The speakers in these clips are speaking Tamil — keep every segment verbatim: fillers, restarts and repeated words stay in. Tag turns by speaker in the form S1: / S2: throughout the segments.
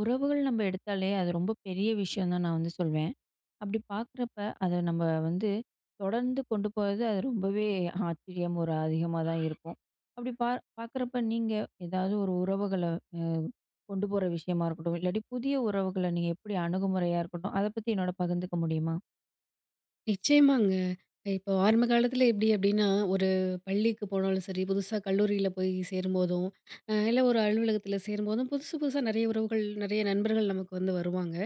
S1: உறவுகள் நம்ம எடுத்தாலே அது ரொம்ப பெரிய விஷயம் தான் நான் வந்து சொல்வேன். அப்படி பார்க்குறப்ப, அத நம்ம வந்து தொடர்ந்து கொண்டு போறது அது ரொம்பவே ஆச்சரியம் ஒரு அதிகமா தான் இருக்கும். அப்படி பா பார்க்குறப்ப நீங்க ஏதாவது ஒரு உறவுகள அ கொண்டு போற விஷயமா இருக்கட்டும், இல்லாட்டி புதிய உறவுகள நீங்க எப்படி அணுகுமுறையா இருக்கட்டும், அத பத்தி என்னோட பகிர்ந்துக்க முடியுமா?
S2: நிச்சயமாங்க. இப்போ ஆரம்ப காலத்துல எப்டி அப்டின்னா, ஒரு பள்ளிக்கு போனாலும் சரி, புதுசா கல்லூரியில போய் சேரும்போதும், அ இல்ல ஒரு அலுவலகத்துல சேரும்போதும், புதுசு புதுசா நெறைய உறவுகள், நெறைய நண்பர்கள் நமக்கு வந்து வருவாங்க.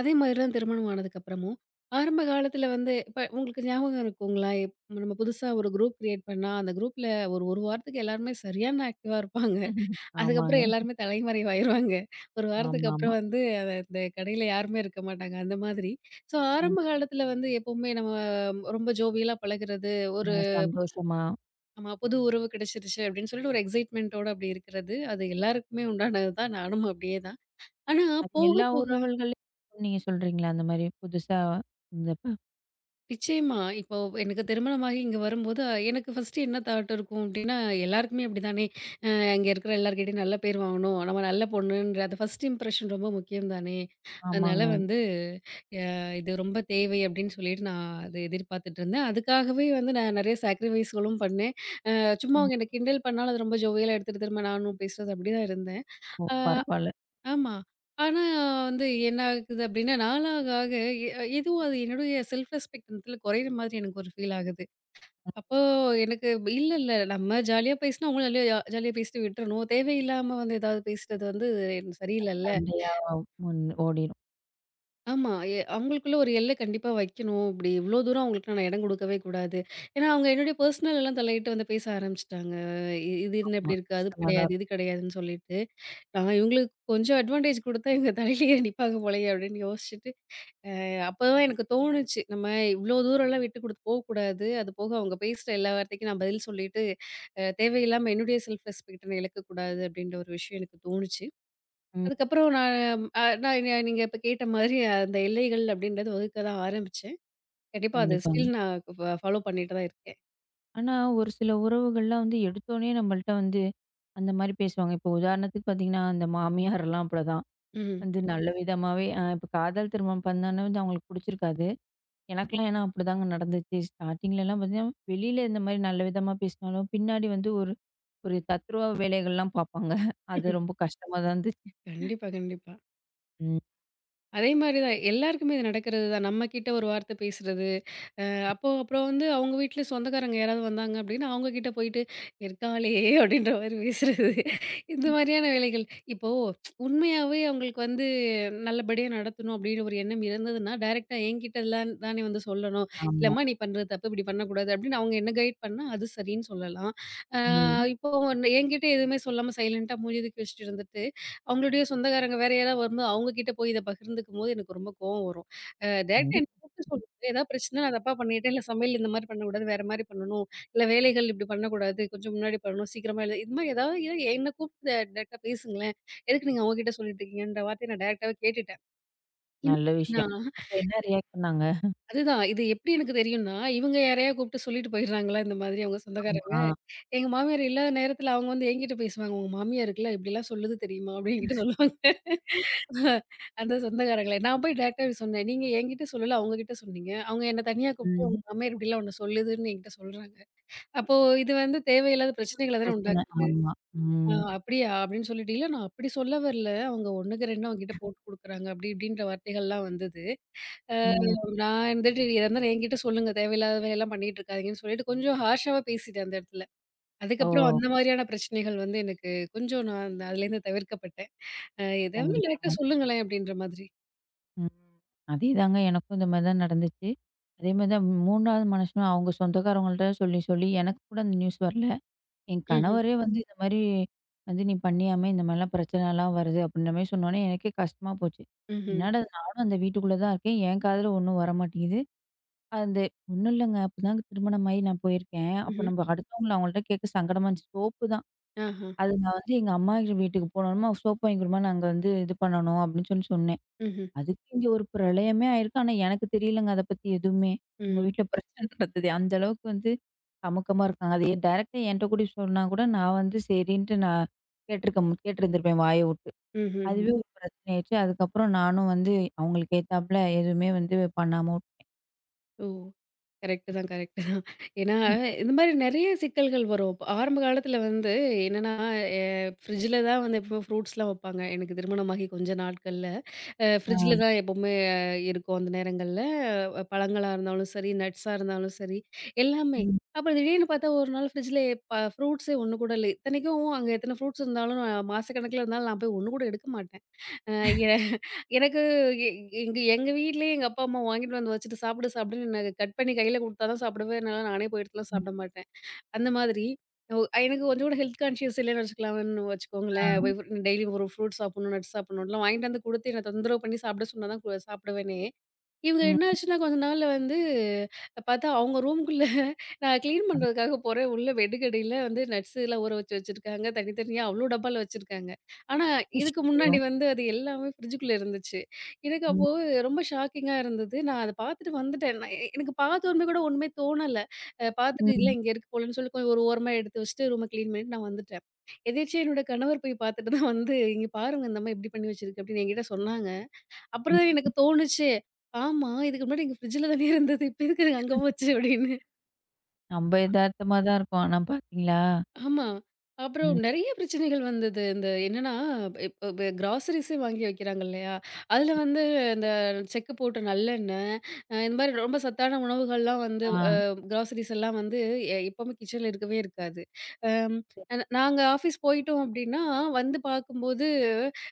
S2: அதே மாரி தான் திருமணம் ஆனதுக்கப்புறமும், ஆரம்ப காலத்துல வந்து இப்ப உங்களுக்கு ஞாபகம் இருக்குங்களா? இப் நம்ம புதுசா ஒரு குரூப் கிரியேட் பண்ணா, அந்த குரூப்ல ஒரு ஒரு வாரத்துக்கு எல்லாருமே சரியான ஆக்டிவா இருப்பாங்க.
S1: ஆமாங்க.
S2: அதுக்கப்புறம் எல்லாருமே தலைமறைவாயிருவாங்க. ஒரு வாரத்துக்கு
S1: ஆமாமா.
S2: அப்புறம் வந்து அத அந்த கடையில யாருமே இருக்க மாட்டாங்க. அந்த மாதிரி. ஸோ
S1: ம்.
S2: ஆரம்ப காலத்துல வந்து எப்பவுமே நம்ம ரொம்ப ஜோவியலா பழகுறது, ஒரு
S1: அ சந்தோஷமா,
S2: நம்ம புது உறவு கிடைச்சிருச்சு அப்படின்னு சொல்லிட்டு ஒரு எக்ஸைட்மென்ட்டோட அப்படி இருக்கிறது, அது எல்லாருக்குமே உண்டானது தான். நானும் அப்படியே தான். ஆனா
S1: அது
S2: போக
S1: எல்லா
S2: போக
S1: உறவுகள்லயும் நீங்க சொல்றீங்களா? அந்த மாரி புதுசா இருந்தப்ப?
S2: நிச்சயமா இப்போ எனக்கு திருமணமாகி இங்க வரும்போது அஹ், எனக்கு ஃபர்ஸ்ட்டு என்ன தாட் இருக்கும் அப்படின்னா, எல்லாருக்குமே அப்படிதானே! அங்க இருக்கிற எல்லார்கிட்டயும் நல்ல பேர் வாங்கணும். நம்ம நல்ல பொண்ணுன்ற அந்த ஃபர்ஸ்ட் இம்ப்ரஷன் ரொம்ப முக்கியம் தானே! அதனால
S1: ஆமாங்க.
S2: வந்து அ இது ரொம்ப தேவை அப்படின்னு சொல்லிட்டு நான் அது எதிர்பார்த்துட்டு இருந்தேன். அதுக்காகவே வந்து நான் நெறைய சாக்ரிஃபைஸ்களும் பண்ணேன். அ சும்மா
S1: ம்.
S2: அவங்க என்ன கிண்டல் பண்ணாலும் அது ரொம்ப ஜோவியலா எடுத்துட்டு திரும்ப நானும் பேசுறது அப்படி தான் இருந்தேன்.
S1: ஓ!
S2: ஆ
S1: பரவால்ல.
S2: ஆமா. ஆனா வந்து என்ன ஆகுது அப்படின்னா, நாளாக ஆக எ எதுவும் அது என்னுடைய செல்ஃப் ரெஸ்பெக்ட் குறையிற மாதிரி எனக்கு ஒரு ஃபீல் ஆகுது. அப்போ எனக்கு இல்ல, இல்ல. நம்ம ஜாலியா பேசினா, அவங்களும் ஜாலியா ஜாலியா பேசிட்டு விட்டுறணும். தேவையில்லாம வந்து ஏதாவது பேசுறது வந்து சரியில்லல்ல.
S1: சண்டையா முன் ஓடிரும்.
S2: ஆமா. எ அவங்களுக்குள்ள ஒரு எல்லை கண்டிப்பா வைக்கணும். இப்படி இவ்ளோ தூரம் அவங்களுக்கு நான் இடம் கொடுக்கவே கூடாது. ஏன்னா, அவங்க என்னுடைய பர்சனல் எல்லாம் தலையிட்டு வந்து பேச ஆரம்பிச்சுட்டாங்க. இ இது என்ன
S1: ஆமா.
S2: இப்படி இருக்கு? அது
S1: கஷ்டமா தான்
S2: கிடையாது,
S1: இருக்கும்.
S2: இது கிடையாதுன்னு சொல்லிட்டு. நான் இவங்களுக்கு கொஞ்சம் அட்வான்டேஜ் கொடுத்தா இவங்க தலையிலேயே நிப்பாங்க போலயே அப்படின்னு யோசிச்சுட்டு, அப்பதான் எனக்கு தோணுச்சு. நம்ம இவ்ளோ தூரம்லாம் விட்டு குடுத்து போகக்கூடாது. அது போக அவங்க பேசுற எல்லா வார்த்தைக்கும் நான் பதில் சொல்லிட்டு, அ தேவையில்லாம என்னுடைய செல்ஃப் ரெஸ்பெக்ட்ட நான் இழக்கக்கூடாது அப்படின்ற ஒரு விஷயம் எனக்கு தோணுச்சு.
S1: ம்.
S2: அதுக்கப்புறம் நான் அ நான் நீ நீங்க இப்ப கேட்ட மாதிரி அந்த எல்லைகள் அப்படின்றது வகுக்க தான் ஆரம்பிச்சேன். கண்டிப்பா அத
S1: கண்டிப்பாங்க.
S2: ஸ்டில் நான் ஃப ஃபாலோ பண்ணிட்டு தான் இருக்கேன்.
S1: ஆனா ஒரு சில உறவுகள்லாம் வந்து எடுத்தோனே நம்மள்ட்ட வந்து அந்த மாரி பேசுவாங்க. இப்போ உதாரணத்துக்கு பார்த்தீங்கன்னா, அந்த மாமியார்லாம் அப்படிதான்.
S2: ம்.
S1: வந்து நல்ல விதமாவே அ இப்போ காதல் திருமணம் பண்ணோனே வந்து அவங்களுக்கு புடிச்சிருக்காது. எனக்கெல்லாம் ஏன்னா அப்படிதாங்க நடந்துச்சு. ஸ்டார்ட்டிங்லலாம் பார்த்தீங்கன்னா, வெளியில இந்த மாரி நல்ல விதமா பேசினாலும், பின்னாடி வந்து ஒரு ஒரு தத்ரூவ வேலைகள்லாம் பார்ப்பாங்க. அது ரொம்ப கஷ்டமா தான் இருந்துச்சு.
S2: கண்டிப்பா, கண்டிப்பா.
S1: ம்.
S2: அதே மாரி தான் எல்லாருக்குமே இது நடக்கிறது தான். நம்ம கிட்ட ஒரு வார்த்தை பேசுறது. அப்போ அப்புறம் வந்து அவங்க வீட்ல சொந்தக்காரங்க யாராவது வந்தாங்க அப்படின்னா, அவங்க கிட்ட போயிட்டு, "இருக்காளே" அப்படின்ற மாரி பேசுறது. இந்த மாரியான வேலைகள். இப்போ உண்மையாவே அவங்களுக்கு வந்து நல்லபடியா நடத்தணும் அப்படின்னு ஒரு எண்ணம் இருந்ததுன்னா, டைரக்ட்டா என்கிட்டலாம் தானே வந்து சொல்லணும்.
S1: ஆமா.
S2: "இல்லம்மா நீ பண்றது தப்பு, இப்படி பண்ணக்கூடாது" அப்படின்னு அவங்க என்ன கைட் பண்ணா, அது சரின்னு சொல்லலாம். அ
S1: ம்.
S2: இப்போ ஒன்னு- என்கிட்ட எதுவுமே சொல்லாம சைலன்ட்டா மூஞ்சி தூக்கி வச்சுட்டு இருந்துட்டு, அவங்களுடைய சொந்தக்காரங்க வேற யாராவது வரும்போது, அவங்க கிட்ட போய் இத பகிர்ந்துக்கும்போது எனக்கு ரொம்ப கோவம் வரும். அ டைரக்ட்டா
S1: கண்டிப்பா.
S2: கூப்ட்டு சொல்லுங்க. ஏதாவது பிரச்சனை நான் தப்பா பண்ணிட்டேன். இல்ல சமையல் இந்த மாரி பண்ணக்கூடாது. வேற மாரி பண்ணணும். இல்ல வேலைகள் இப்படி பண்ணக்கூடாது. கொஞ்சம் முன்னாடி பண்ணணும். சீக்கிரமா எழு இது மாரி ஏதாவது ஏன் என்ன கூப்ட்டு ட டைரக்ட்டா பேசுங்களேன். எதுக்கு நீங்க அவங்க கிட்ட சொல்லிட்டு இருக்கீங்கன்ற வார்த்தைய நான் டைரக்ட்டாவே கேட்டுட்டேன். என்ன
S1: நல்ல
S2: அப்படின்னா,
S1: விஷயம். அப்ப என்ன ரியாக்ட் பண்ணாங்க?
S2: அதுதான் இது எப்படி எனக்கு தெரியும்னா, இவங்க யாரையா கூப்ட்டு சொல்லிட்டு போயிடுறாங்களா இந்த மாதிரி அவங்க சொந்தக்காரங்க.
S1: ஆமா.
S2: எங்க மாமியார் இல்லாத நேரத்துல அவங்க வந்து என்கிட்ட பேசுவாங்க. "உங்க மாமியாருக்குல்ல இப்படிலாம் சொல்லுது தெரியுமா?" அப்படின்னு என்கிட்ட சொல்லுவாங்க. அந்த சொந்தக்காரங்களே! நான் போய் டைரக்ட்டாவே சொன்னேன். நீங்க என்கிட்ட சொல்லல, அவங்ககிட்ட சொன்னீங்க. அவங்க என்ன தனியா கூப்ட்டு,
S1: ம்.
S2: "உங்க மாமியார் இப்படிலாம் உன்ன சொல்லுதுன்னு" என்கிட்ட சொல்றாங்க. அப்போ இது வந்து தேவையில்லாத
S1: நிச்சயமா
S2: பிரச்சனைகள தானே
S1: பிரச்சனை.
S2: உண்டாக்குது.
S1: ஆமா.
S2: "ஆ
S1: ம்.
S2: அப்படியா?" அப்படின்னு சொல்லிட்டு, "இல்ல நான் அப்படி சொல்ல வரல. அவங்க 1க்கு ரெண்டு அவங்ககிட்ட போட்டு குடுக்குறாங்க" அப்படி இப்படின்ற வார்த்தைகள்லாம் வந்தது. அ
S1: ம்.
S2: நான் இருந்துட்டு, "எதா இருந்தாலும் என்கிட்ட சொல்லுங்க. தேவையில்லாத வேலையெல்லாம் பண்ணிட்டு இருக்காதீங்கன்னு" சொல்லிட்டு கொஞ்சம் ஹார்ஷாவா பேசிட்டேன் அந்த இடத்துல.
S1: ஓ!
S2: அதுக்கப்புறம் அந்த மாரியான பிரச்சனைகள் வந்து எனக்கு கொஞ்சம் நான் அதுலேருந்து தவிர்க்கப்பட்டேன். அ "எதா இருந்தாலும் டைரக்ட்டா
S1: கண்டிப்பாங்க.
S2: சொல்லுங்களேன்" அப்படின்ற மாதிரி.
S1: ம். அதேதாங்க எனக்கும் இந்த மாரி தான் நடந்துச்சு. அதே மாரி தான் மூன்றாவது மனுஷனும் அவங்க சொந்தக்காரவங்கள்ட்ட சொல்லி, சொல்லி எனக்கு கூட அந்த நியூஸ் வரல. என்
S2: ம்ஹ்ம்.
S1: கணவரே வந்து இந்த மாரி வந்து "நீ பண்ணியாமே இந்த மாரிலாம் பிரச்சனைலாம் வருது" அப்படின்ற மாரி சொன்னோனே எனக்கே கஷ்டமா போச்சு.
S2: హుహు.
S1: என்னடா இது நானும் அந்த வீட்டுக்குள்ள தான் இருக்கேன். என் காதுல ஒண்ணும் வரமாட்டேங்குது. அந்த ஒண்ணும் இல்லங்க. அப்பதான் திருமணமாகி நான் போயிருக்கேன். அப்ப
S2: హుహు.
S1: நம்ம அடுத்தவங்கள அவங்கள்ட்ட கேட்க சங்கடமா இருந்துச்சு. சோப்பு தான்.
S2: ఆహా!
S1: அது நான் வந்து எங்க அம்மா வீட்டுக்கு போனோம்மா, சோப்பு வாங்கி குடும்மா, நாங்க வந்து இது பண்ணணும் அப்படின்னு சொல்லி சொன்னேன்.
S2: హుహు.
S1: அதுக்கு இங்க ஒரு பிரளயமே ஆயிருக்கு. ஆனா எனக்கு தெரியலங்க அத பத்தி எதுவுமே. எங்க
S2: హుహు.
S1: வீட்ல பிரச்சனை நடந்தது. அந்த அளவுக்கு வந்து கமக்கமா இருக்காங்க. அது டைரக்ட்டா என்ட்ட கூட சொன்னா கூட நான் வந்து சரின்ட்டு நான் கேட்டிருக்க மு- கேட்டிருந்திருப்பேன் வாய விட்டு.
S2: ஹுஹுஹு.
S1: அதுவே ஒரு பிரச்சனை ஆயிடுச்சு. அதுக்கப்புறம் நானும் வந்து அவங்களுக்கு ஏத்தாப்புல எதுவுமே வந்து பண்ணாம விட்டேன்.
S2: ஓ! கரெக்ட்டு தான், கரெக்ட்டு தான். ஏன்னா,
S1: ம்.
S2: இந்த மாரி நெறைய சிக்கல்கள் வரும். இப்ப ஆரம்ப காலத்துல வந்து என்னன்னா, எ ஃப்ரிட்ஜ்ல தான் வந்து எப்பவுமே ஃப்ரூட்ஸ்லாம் வப்பாங்க. எனக்கு திருமணமாகி கொஞ்ச நாட்கள்ல. அ ஃப்ரிட்ஜ்ல
S1: ஆ.
S2: தான் எப்பவுமே இருக்கும் அந்த நேரங்கள்ல. அ பழங்களா இருந்தாலும் சரி, நட்ஸா இருந்தாலும் சரி, எல்லாமே.
S1: ம்.
S2: அப்புறம் திடீர்னு பார்த்தா ஒரு நாள் ஃப்ரிட்ஜ்ல ப ஃப்ரூட்ஸே ஒண்ணு கூட இல்ல. இத்தனைக்கும் அங்க எத்தன ஃப்ரூட்ஸ் இருந்தாலும், மாசக்கணக்குல இருந்தாலும் நான் போய் ஒண்ணு கூட எடுக்க மாட்டேன். அ எ எனக்கு எ எங்க எங்க வீட்லயே எங்க அப்பா, அம்மா வாங்கிட்டு வந்து வச்சுட்டு சாப்பிடு சாப்பிடுன்னு என்ன கட் பண்ணி கையில குடுத்தா தான் சாப்பிடுவேன். இல்லனா நானே போய் எடுத்துலாம் சாப்பிட மாட்டேன். அந்த மாதிரி. ஒ எனக்கு கொஞ்சம் கூட ஹெல்த் கான்ஷியஸ் இல்லன்னு வச்சுக்கலாம்ன்னு
S1: ஆ.
S2: வச்சுக்கோங்களேன். போய் டெய்லி ஒரு ஃப்ரூட் சாப்பிடணும், நட்ஸ் சாப்பிடணும்லாம் வாங்கிட்டு வந்து குடுத்து என்ன தொந்தரவு பண்ணி சாப்பிட சொன்னா தான் கு சாப்பிடுவேனே. இவங்க
S1: ம்.
S2: என்ன ஆச்சுன்னா, கொஞ்ச நாள்ல வந்து பார்த்தா அவங்க ரூம்குள்ள நான் கிளீன் பண்றதுக்காக போறேன். உள்ள வெடுக்கடியில வந்து நட்ஸ்லாம் ஊற வச்சு வச்சிருக்காங்க. தனித்தனியா அவ்ளோ டப்பால வச்சிருக்காங்க. ஆனா இதுக்கு
S1: அச்சச்சோ!
S2: முன்னாடி வந்து அது எல்லாமே ஃப்ரிட்ஜுக்குள்ள இருந்துச்சு. எனக்கு அப்போ
S1: ம்.
S2: ரொம்ப ஷாக்கிங்கா இருந்தது. நான் அத பார்த்துட்டு வந்துட்டேன். நான் எ- எனக்கு பார்த்த உடனே கூட ஒண்ணுமே தோணல. அ பார்த்துட்டு இல்ல
S1: ம்.
S2: இங்க இருக்கு போலன்னு சொல்லி கொஞ்சம் ஒரு ஓரமா எடுத்து வச்சுட்டு ரூம கிளீன் பண்ணிட்டு நான் வந்துட்டேன். எதேர்ச்சியா என்னோட கணவர் போய் பார்த்துட்டு தான் வந்து, "இங்க பாருங்க இந்த அம்மா இப்டி பண்ணி வச்சிருக்கு" அப்டின்னு என்கிட்ட சொன்னாங்க. அப்புறம் தான்
S1: ம்.
S2: எனக்கு தோணுச்சு, "ஆமா இதுக்கு முன்னாடி எங்க ஃப்ரிட்ஜ்ல தானே இருந்தது. இப்ப எதுக்கு அது அங்க போச்சு?" அப்டின்னு.
S1: நம்ப எதார்த்தமா தான் இருக்கோம். ஆனா பாத்தீங்களா?
S2: ஆமா. அப்புறம்
S1: ம்.
S2: நெறைய பிரச்சனைகள் வந்தது. இந்த என்னன்னா இப்ப இப்ப கிராசரிஸே வாங்கி வைக்கிறாங்க இல்லையா? அதுல வந்து இந்த செக்கு போட்ட நல்லெண்ணெய், அ இந்த மாரி ரொம்ப சத்தான உணவுகள்லாம் வந்து
S1: ஆ.
S2: கிராசரிஸ் எல்லாம் வந்து எ எப்பவுமே கிச்சன்ல இருக்கவே இருக்காது. அம் ந நாங்க ஆஃபீஸ் போயிட்டோம் அப்டின்னா, வந்து பார்க்கும்போது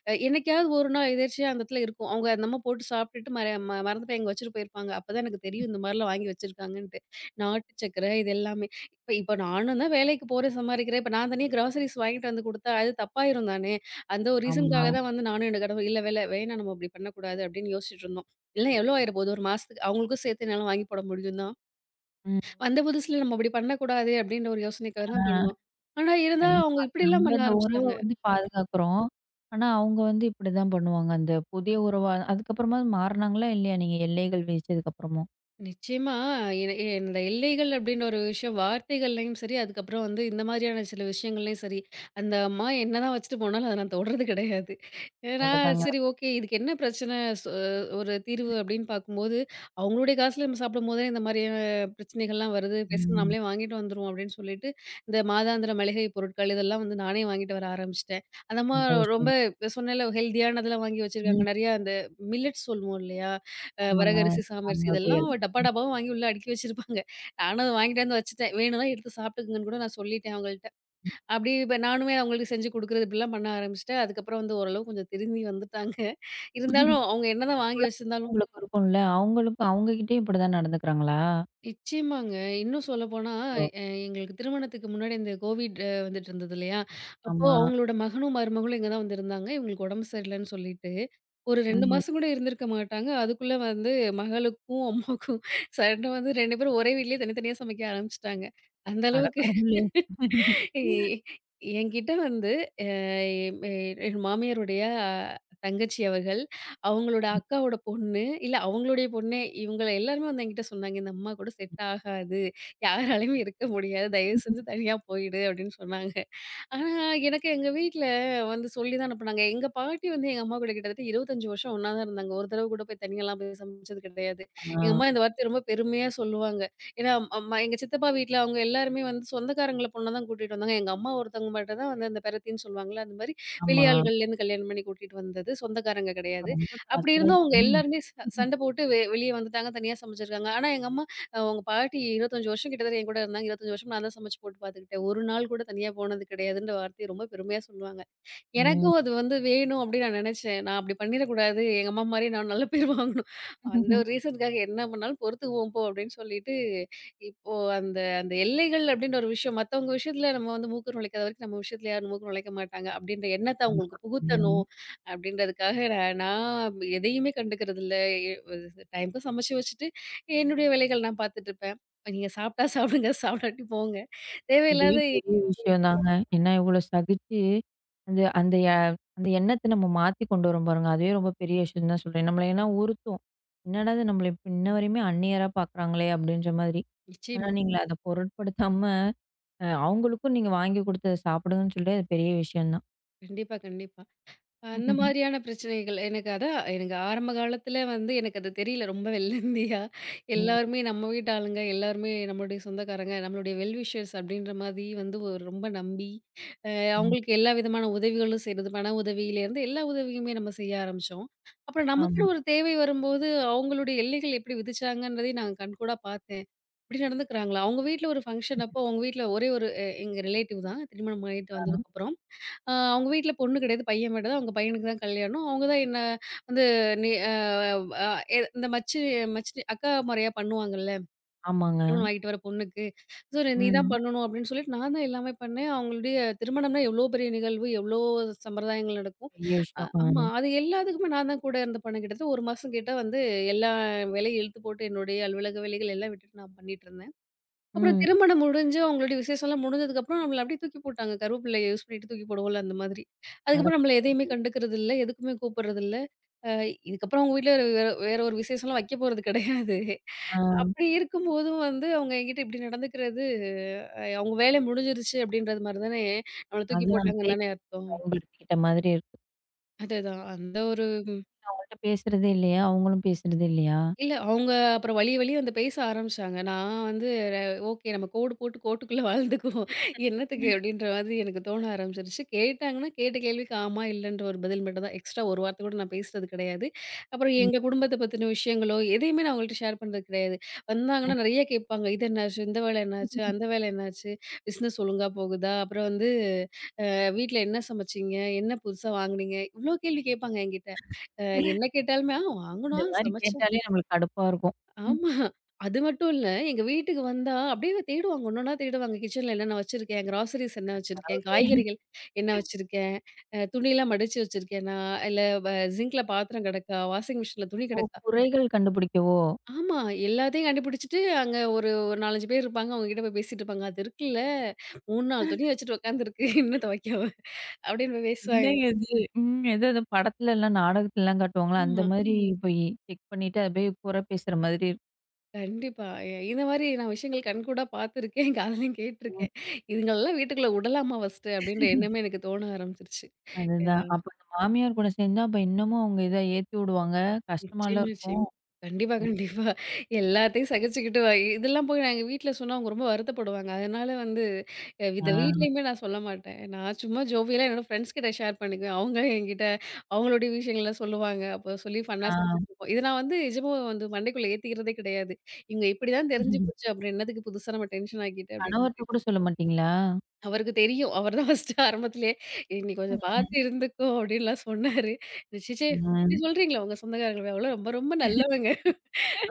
S2: அ என்னைக்காவது ஒரு நாள் எதேர்ச்சியா அந்த இடத்துல இருக்கும். அவங்க என்னமோ போட்டு சாப்ட்டுட்டு மற ம மறந்து போய் அங்க வச்சுட்டு போயிருப்பாங்க. அப்பதான் எனக்கு தெரியும் இந்த மாரிலாம் வாங்கி வச்சிருக்காங்கன்ட்டு. நாட்டு சர்க்கரை இது எல்லாமே. இப்ப இப்ப நானும் தான் வேலைக்கு போறேன், சம்பாரிக்கிறேன். இப்ப நான் தனியா கிராசரிஸ் வாங்கிட்டு வந்து குடுத்தா அது தப்பாயிரும் தானே! அந்த ஒரு
S1: ஆமா.
S2: ரீசனுக்காக தான் வந்து நானும் என்னோட கணவர் இல்ல வேல வேணாம் நம்ம அப்டி பண்ணக்கூடாது அப்டின்னு யோசிச்சுட்டு இருந்தோம். இல்ல எவ்ளோ ஆயிரப்போது ஒரு மாசத்துக்கு அவங்களுக்கும் சேர்த்து என்னால வாங்கி போட முடியும் தான்.
S1: ம்.
S2: வந்த புதுசுல நம்ம அப்படி பண்ணக்கூடாது அப்படின்ற ஒரு யோசனைக்காக
S1: ஆ.
S2: தான் பண்ணோம். ஆனா இருந்தாலும் அவங்க
S1: கண்டிப்பா. நம்ப
S2: இப்படிலாம் பண்ண
S1: அந்த உறவ
S2: ஆரம்பிச்சுட்டாங்க.
S1: வந்து பாதுகாக்குறோம். ஆனா, அவங்க வந்து இப்படிதான் பண்ணுவாங்க. அந்த புதிய உறவா அதுக்கப்புறமா மாறுனாங்களா? இல்லையா? நீங்க எல்லைகள் வீசியதுக்கப்புறமும்?
S2: நிச்சயமா. என இந்த எல்லைகள் அப்டின்ற ஒரு விஷயம் வார்த்தைகள்லயும் சரி, அதுக்கப்புறம் வந்து இந்த மாதிரியான சில விஷயங்கள்லயும் சரி, அந்த அம்மா என்னதான் வச்சுட்டு போனாலும் அத நான் தொட்றது கிடையாது. ஏன்னா,
S1: அவ்வளோதாங்க.
S2: சரி ஓகே இதுக்கு என்ன பிரச்சனை? சொ ஒரு தீர்வு அப்டின்னு பார்க்கும்போது, அவங்களுடைய காசுல நம்ம சாப்பிடும்போதே இந்த மாதிரியான பிரச்சனைகள்லாம் வருது. பேசாம
S1: ம்.
S2: நம்மளே வாங்கிட்டு வந்துருவோம் அப்டின்னு சொல்லிட்டு, இந்த மாதாந்திர மளிகை பொருட்கள் இதெல்லாம் வந்து நானே வாங்கிட்டு வர ஆரம்பிச்சுட்டேன். அந்த அம்மா
S1: நல்ல
S2: ரொம்ப
S1: விஷயம்.
S2: சொன்னேன்ல ஹெல்தியானதெல்லாம் வாங்கி வச்சிருக்காங்க.
S1: ம்.
S2: நெறையா அந்த மில்லட்ஸ் சொல்லுவோம் இல்லையா? அ
S1: ஆமாங்க.
S2: வரகரிசி, சாமரிசி
S1: சாமி
S2: இதெல்லாம்
S1: வகைகள்.
S2: டப்பா டப்பாவா வாங்கி உள்ள அடுக்கி வச்சிருப்பாங்க. நானும் அத வாங்கிட்டு வந்து வச்சுட்டேன். வேணும்னா எடுத்து சாப்பிட்டுக்குங்கன்னு கூட நான் சொல்லிட்டேன் அவங்கள்ட்ட. அப்படியே இப்ப நானுமே அவங்களுக்கு செஞ்சு குடுக்குறது இப்படிலாம் பண்ண ஆரம்பிச்சுட்டேன். அதுக்கப்புறம் வந்து ஓரளவு கொஞ்சம் திருந்தி வந்துட்டாங்க. இருந்தாலும் அவங்க என்னதான் வாங்கி
S1: குழந்தைங்க
S2: வச்சிருந்தாலும்
S1: உங்களுக்கு இருக்கும்ல. அவங்களுக்கும் அவங்க கிட்டயும் இப்படிதான் நடந்துக்கிறாங்களா?
S2: நிச்சயமாங்க. இன்னும் சொல்லப்போனா,
S1: அச்சோ!
S2: எ எங்களுக்கு திருமணத்துக்கு முன்னாடி இந்த கோவிட் அ வந்துட்டு இருந்தது இல்லையா? அப்போ
S1: ஆமா.
S2: அவங்களோட மகனும், மருமகளும் இங்க தான் வந்திருந்தாங்க. இவங்களுக்கு உடம்பு சரியில்லன்னு சொல்லிட்டு, ஒரு ரெண்டு
S1: ம்.
S2: மாசம் கூட இருந்திருக்க மாட்டாங்க. அதுக்குள்ள வந்து மகளுக்கும், அம்மாக்கும் சடனா வந்து ரெண்டு பேரும் ஒரே வீட்லயே தனித்தனியா சமைக்க ஆரம்பிச்சுட்டாங்க. அந்த
S1: அட
S2: அளவுக்கு
S1: கடவுளே!
S2: எ
S1: ம்.
S2: என்கிட்ட வந்து அ எ என் மாமியாருடைய அ தங்கச்சி அவர்கள் அவங்களோட அக்காவோட பொண்ணு, இல்ல அவங்களுடைய பொண்ணே இவங்க எல்லாருமே வந்து என்கிட்ட சொன்னாங்க. "இந்த அம்மா கூட செட் ஆகாது. யாராலயுமே இருக்க முடியாது. தயவு செஞ்சு தனியா போயிடு" அப்படின்னு சொன்னாங்க. ஆனா, எனக்கு எங்க வீட்ல வந்து சொல்லி தான் அனுப்புனாங்க. எங்க பாட்டி வந்து எங்க அம்மா கூட கிட்டத்தட்ட இருபத்தி ஐந்து வருஷம் ஒண்ணா தான் இருந்தாங்க. ஒரு தடவ கூட போய் தனியாலாம் போய் சமைச்சது கிடையாது.
S1: ஆ.
S2: எங்க அம்மா இந்த வார்த்தைய ரொம்ப பெருமையா சொல்லுவாங்க. ஏன்னா, அம்- அம்மா எங்க சித்தப்பா வீட்ல அவங்க எல்லாருமே வந்து சொந்தக்காரங்கள பொண்ண தான் கூட்டிட்டு வந்தாங்க. எங்க அம்மா ஒருத்தவங்க மட்டும் தான் வந்து அந்த பெரத்தின்னு சொல்லுவாங்கல்ல, அந்த மாரி
S1: ஆமா.
S2: வெளியாள்கள்லேருந்து கல்யாணம் பண்ணி கூட்டிட்டு வந்தது. சொந்தக்காரங்க
S1: அப்ப
S2: கிடையாது.
S1: ரொம்ப
S2: அப்படி
S1: டார்ச்சரா
S2: இருந்தும் அவங்க
S1: இருக்குமே!
S2: எல்லாருமே ச சண்டை போட்டு வெ வெளிய வந்துட்டாங்க. தனியா சமைச்சிருக்காங்க. ஆனா எங்க அம்மா அ உங்க பாட்டி இருபத்தஞ்சு வருஷம் கிட்டத்தட்ட என் கூட இருந்தாங்க. இருபத்தஞ்சு வருஷம் நான் தான் சமைச்சு போட்டு பார்த்துக்கிட்டேன். ஒரு நாள் கூட தனியா போனது கிடையாதுன்ற வார்த்தைய ரொம்ப பெருமையா சொல்லுவாங்க.
S1: ம்.
S2: எனக்கும் அது வந்து வேணும் அப்படின்னு நான் நினைச்சேன். நான் அப்படி பண்ணிடக்கூடாது. எங்க அம்மா மாரி நான் நல்ல பேர் வாங்கணும். அந்த ஒரு ரீசனுக்காக என்ன பண்ணாலும் பொறுத்துக்குவோம் போ அப்படின்னு சொல்லிட்டு, இப்போ அந்த அந்த எல்லைகள் அப்படின்ற ஒரு விஷயம் மத்தவங்க விஷயத்துல நம்ம வந்து மூக்கு நுழைக்காத வரைக்கும் நம்ம விஷயத்துல யாரும் மூக்கு நுழைக்க மாட்டாங்க. அப்படின்ற எண்ணத்த அவங்களுக்கு
S1: கண்டிப்பா. ம்.
S2: புகுத்தணும் அப்படின்றதுக்காக நான் நான் எதையுமே கண்டுக்கிறதில்ல. எ டைம்க்கு சமைச்சு வச்சுட்டு என்னுடைய வேலைகள் நான் பார்த்துட்டு இருப்பேன். நீங்க சாப்பிட்டா சாப்பிடுங்க, சாப்பிடாட்டி போங்க.
S1: இதுவே
S2: தேவையில்லாத
S1: பெரிய விஷயம் தாங்க. ஏன்னா இவ்ளோ சகிச்சு, அந்த அந்த எ அந்த எண்ணத்த நம்ம மாத்தி கொண்டு வரோம் பாருங்க. அதுவே ரொம்ப பெரிய விஷயம் தான் சொல்றேன். நம்மள ஏன்னா உறுத்தும். என்னடா இது நம்மள இப்ப இன்ன வரையுமே அந்நியரா பார்க்குறாங்களே! அப்பிடின்ற மாதிரி. ஆனா
S2: நிச்சயமா.
S1: நீங்க அத பொருட்படுத்தாம, அ அவுங்களுக்கும் நீங்க வாங்கி கொடுத்து சாப்பிடுங்கன்னு சொல்லி அது பெரிய விஷயம் தான்.
S2: கண்டிப்பா, கண்டிப்பா. அந்த மாதிரியான பிரச்சனைகள் எனக்கு அதான் எனக்கு ஆரம்ப காலத்துல வந்து எனக்கு அது தெரியல ரொம்ப வெள்ளந்தியா
S1: ம்.
S2: எல்லாருமே நம்ம வீட்டு ஆளுங்க எல்லாருமே நம்மளுடைய சொந்தக்காரங்க நம்மளுடைய வெல் விஷர்ஸ் அப்படின்ற மாதிரி வந்து ஒரு ரொம்ப நம்பி அஹ்
S1: ம்.
S2: அவங்களுக்கு எல்லா விதமான உதவிகளும் செய்யறது பண உதவியில இருந்து எல்லா உதவியுமே நம்ம செய்ய ஆரம்பிச்சோம். அப்புறம்
S1: ஆமா.
S2: நமக்குன்னு ஒரு தேவை வரும்போது அவங்களுடைய எல்லைகள் எப்படி விதிச்சாங்கன்றதையும் நான் கண்கூடா பார்த்தேன். இப்படி நடந்துக்கிறாங்களா அவங்க வீட்ல ஒரு ஃபங்க்ஷன் அப்போ அவங்க வீட்ல ஒரே ஒரு அஹ், எங்க ரிலேட்டிவ் தான் திருமணம் ஆயிட்டு
S1: ஆ.
S2: வந்ததுக்கு அப்புறம் அ அவங்க வீட்ல பொண்ணு கிடையாது, பையன் மட்டும் தான். அவங்க பையனுக்கு தான் கல்யாணம். அவங்க தான் என்ன வந்து நீ அ அ எ இந்த மச்சி மச்சி அக்கா முறையா பண்ணுவாங்கல்ல.
S1: ஆமாங்க.
S2: திருமணம் ஆகிட்டு வர பொண்ணுக்கு. ஸோ நீ தான்
S1: ம்.
S2: பண்ணணும் அப்படின்னு சொல்லிட்டு நான் தான் எல்லாமே பண்ணேன். அவங்களுடைய திருமணம்னா எவ்வளோ பெரிய நிகழ்வு, எவ்வளோ சம்பிரதாயங்கள் நடக்கும்.
S1: பெரிய
S2: அ
S1: விஷயம். ஆ.
S2: ஆமா. அது எல்லாத்துக்குமே நான் தான் கூட இருந்து பண்ணேன். கிட்டத்தட்ட ஒரு மாசம் கிட்ட வந்து எல்லா வேலையும் இழுத்து போட்டு என்னுடைய அலுவலக வேலைகள் எல்லாம் விட்டுட்டு நான் பண்ணிட்டு இருந்தேன். அப்புறம்
S1: ம்.
S2: திருமணம் முடிஞ்சு அவங்களுடைய விசேஷம்லாம் முடிஞ்சதுக்கப்புறம் நம்மள அப்படியே தூக்கி போட்டாங்க. கருவேப்பிலைய யூஸ் பண்ணிட்டு தூக்கி போடுவோம்ல அந்த மாதிரி.
S1: அட
S2: அதுக்கப்புறம் நம்மள எதையுமே
S1: கடவுளே!
S2: கண்டுக்கிறது இல்ல. எதுக்குமே கூப்பிடுறது இல்ல. அ இதுக்கப்புறம் அவங்க வீட்ல வேற வேற ஒரு விசேஷம்லாம் வைக்க போறது கிடையாது.
S1: ஆ.
S2: அப்படி இருக்கும்போதும் வந்து அவங்க என்கிட்ட இப்படி நடந்துக்கிறது, அ அவங்க வேலை முடிஞ்சிருச்சு அப்படின்றது மாரி தானே நம்மள தூக்கி
S1: அதான்.
S2: போட்டாங்கன்னு தானே அர்த்தம்.
S1: பயன்படுத்திக்கிட்ட மாதிரி இருக்கு.
S2: அதேதான். அந்த ஒரு
S1: அவங்கள்ட்ட பேசுறதே இல்லையா? அவங்களும் பேசுறதே இல்லையா?
S2: இல்ல. அவங்க அப்புறம் வழிய வழிய வந்து பேச ஆரம்பிச்சாங்க. நான் வந்து ர ஓகே நம்ம கோடு போட்டு கோட்டுக்குள்ள வாழ்ந்துக்குவோம். என்னத்துக்கு அப்படின்ற மாதிரி எனக்கு தோண ஆரம்பிச்சுருச்சு. கேட்டாங்கன்னா, கேட்ட கேள்விக்கு ஆமா, இல்லன்ற ஒரு பதில் மட்டும் தான். எக்ஸ்ட்ரா ஒரு வார்த்தை கூட நான் பேசுறது கிடையாது. அப்புறம்
S1: ம்.
S2: எங்க குடும்பத்த பத்தின விஷயங்களோ, எதையுமே நான் அவங்கள்ட்ட ஷேர் பண்றது கிடையாது. வந்தாங்கன்னா நெறைய கேட்பாங்க. இது என்னாச்சு? இந்த வேலை என்னாச்சு? அந்த வேலை என்னாச்சு? பிசினஸ் ஒழுங்கா போகுதா? அப்புறம் வந்து அ வீட்ல என்ன சமைச்சீங்க? என்ன புதுசா வாங்குனீங்க? இவ்ளோ கேள்வி கேட்பாங்க என்கிட்ட. அ என்ன கேட்டாலுமே, ஆ
S1: இந்த
S2: வாங்குனோம்,
S1: மாரி
S2: சமைச்சோம்.
S1: கேட்டாலே நம்மளுக்கு கடுப்பா இருக்கும். ம்.
S2: ஆமா. அது மட்டும் இல்ல, எங்க வீட்டுக்கு வந்தா அப்படியே தேடுவாங்க. ஒண்ணொன்னா தேடுவாங்க. கிச்சன்ல என்னென்ன வச்சிருக்கேன், கிராசரிஸ் என்ன வச்சிருக்கேன்,
S1: கடவுளே!
S2: காய்கறிகள் என்ன வச்சிருக்கேன், அ துணிலாம் மடிச்சு வச்சிருக்கேனா, இல்ல வ சிங்க்ல பாத்திரம் கிடக்கா, வாஷிங் மிஷின்ல துணி
S1: ஓ!
S2: கிடக்கா.
S1: குறைகள் கண்டுபிடிக்கவோ?
S2: ஆமா, எல்லாத்தையும் கண்டுபிடிச்சுட்டு அங்க ஒரு ஒரு நான்கு, அஞ்சு பேர் இருப்பாங்க. அவங்க கிட்ட போய் பேசிட்டு இருப்பாங்க. அது இருக்குல்ல, மூணு, நான்கு துணி வச்சுட்டு உட்காந்துருக்கு. இன்னும் துவைக்காம அப்படின்னு போய் பேசுவாங்க.
S1: என்னங்க இது? ம். ஏதோ இந்த படத்துலலாம் நாடகத்துலலாம் காட்டுவாங்கல்ல, அந்த
S2: ஆமா.
S1: மாதிரி போய் செக் பண்ணிட்டு அப்படியே குறை பேசுற மாதிரி இருக்கும்.
S2: கண்டிப்பா. எ இந்த மாரி நான் விஷயங்கள் கண்கூடா பார்த்துருக்கேன். காதுலயும்
S1: ம்.
S2: கேட்டுருக்கேன். இதுங்களெல்லாம் வீட்டுக்குள்ள உடலாமா ஃபர்ஸ்ட்டு? அப்படின்ற எண்ணமே எனக்கு தோண ஆரம்பிச்சுருச்சு. அ.
S1: அதுதான். அப்ப அந்த மாமியார் கூட சேர்ந்தா அப்ப இன்னமும் அவங்க இத ஏத்தி விடுவாங்க. கஷ்டமால
S2: நிச்சயமா,
S1: இருக்கும்.
S2: நிச்சயமா. கண்டிப்பா,
S1: ம்.
S2: கண்டிப்பா. எல்லாத்தையும் சகிச்சுக்கிட்டு வ இதெல்லாம் போய் நாங்க வீட்ல சொன்னா அவங்க ரொம்ப வருத்தப்படுவாங்க. அதனால வந்து அ
S1: ஆ,
S2: இத வீட்லயுமே நான் சொல்ல மாட்டேன். நான் சும்மா ஜோவியலா என்னோட ஃப்ரெண்ட்ஸ் கிட்ட ஷேர் பண்ணிக்குவேன். அவங்க என்கிட்ட அவங்களுடைய விஷயங்கள சொல்லுவாங்க. அப்போ சொல்லி ஃபன்னா
S1: ஆ.
S2: சிரிச்சுட்டுருப்போம். இத நான் வந்து நிஜமா வந்து மண்டைக்குள்ள ஏத்திக்கிறதே கிடையாது. இவங்க இப்படிதான் தெரிஞ்சு போச்சு அப்புறம் என்னத்துக்கு புதுசா நம்ம டென்ஷன் ஆக்கிட்டு அப்படின்னு
S1: கணவர்ட்ட கூட
S2: சொல்லிட்டு.
S1: சொல்ல மாட்டீங்களா?
S2: அவருக்கு தெரியும். அவர் தான் ஃபர்ஸ்ட்டு ஆரம்பத்திலேயே, "ஏய் நீ கொஞ்சம் பார்த்து
S1: ம்.
S2: இருந்துக்கோ" அப்படின்லாம் சொன்னாரு. "ச்சீச்சீ! இப்படி
S1: ம்.
S2: சொல்றீங்களா உங்க சொந்தக்காரங்கள அவலாம் ரொம்ப ரொம்ப நல்லவங்க"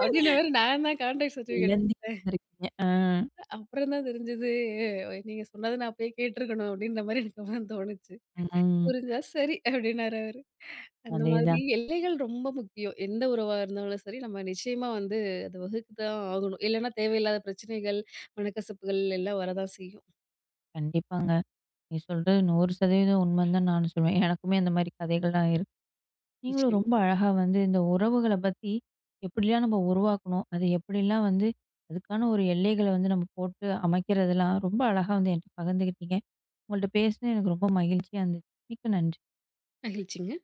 S2: அப்படின்னு வேற நான் தான் கான்டாக்ட் சர்டிஃபிகேட் எடுத்தேன்.
S1: வெள்ளந்தி இருந்திருக்கீங்க. ஆ,
S2: அப்புறம் தான் தெரிஞ்சது, "நீங்க சொன்னத நான் அப்பயே கேட்டுருக்கணும்" அப்படின்ற மாரி எனக்கு அப்புறம் தோணுச்சு.
S1: ம்.
S2: புரிஞ்சா சரி அப்படின்னாரு அவரு. அந்த மாதிரி
S1: அதேதான்.
S2: எல்லைகள் ரொம்ப முக்கியம். எந்த உறவா இருந்தாலும் சரி, நம்ம நிச்சயமா வந்து அத வகுத்து தான் ஆகணும். இல்லன்னா தேவையில்லாத பிரச்சனைகள், மனக்கசப்புகள் எல்லாம் வரதான் செய்யும்.
S1: கண்டிப்பாங்க. நீ சொல்றது நூறு சதவீதம் உண்மைன்னு தான் நானும் சொல்லுவேன். எனக்குமே அந்த மாரி கதைகள்லாம் இருக்கு. நீங்களும்
S2: நிச்சயமா.
S1: ரொம்ப அழகா வந்து இந்த உறவுகள பத்தி எப்படிலாம் நம்ம உருவாக்கணும்? அது எப்படிலாம் வந்து அதுக்கான ஒரு எல்லைகள வந்து நம்ம போட்டு அமைக்கிறதெல்லாம் ரொம்ப அழகா வந்து என்ட்ட பகிர்ந்துக்கிட்டீங்க. உங்கள்ட்ட பேசினது எனக்கு ரொம்ப மகிழ்ச்சியா இருந்துச்சு. மிக்க நன்றி.
S2: மகிழ்ச்சிங்க.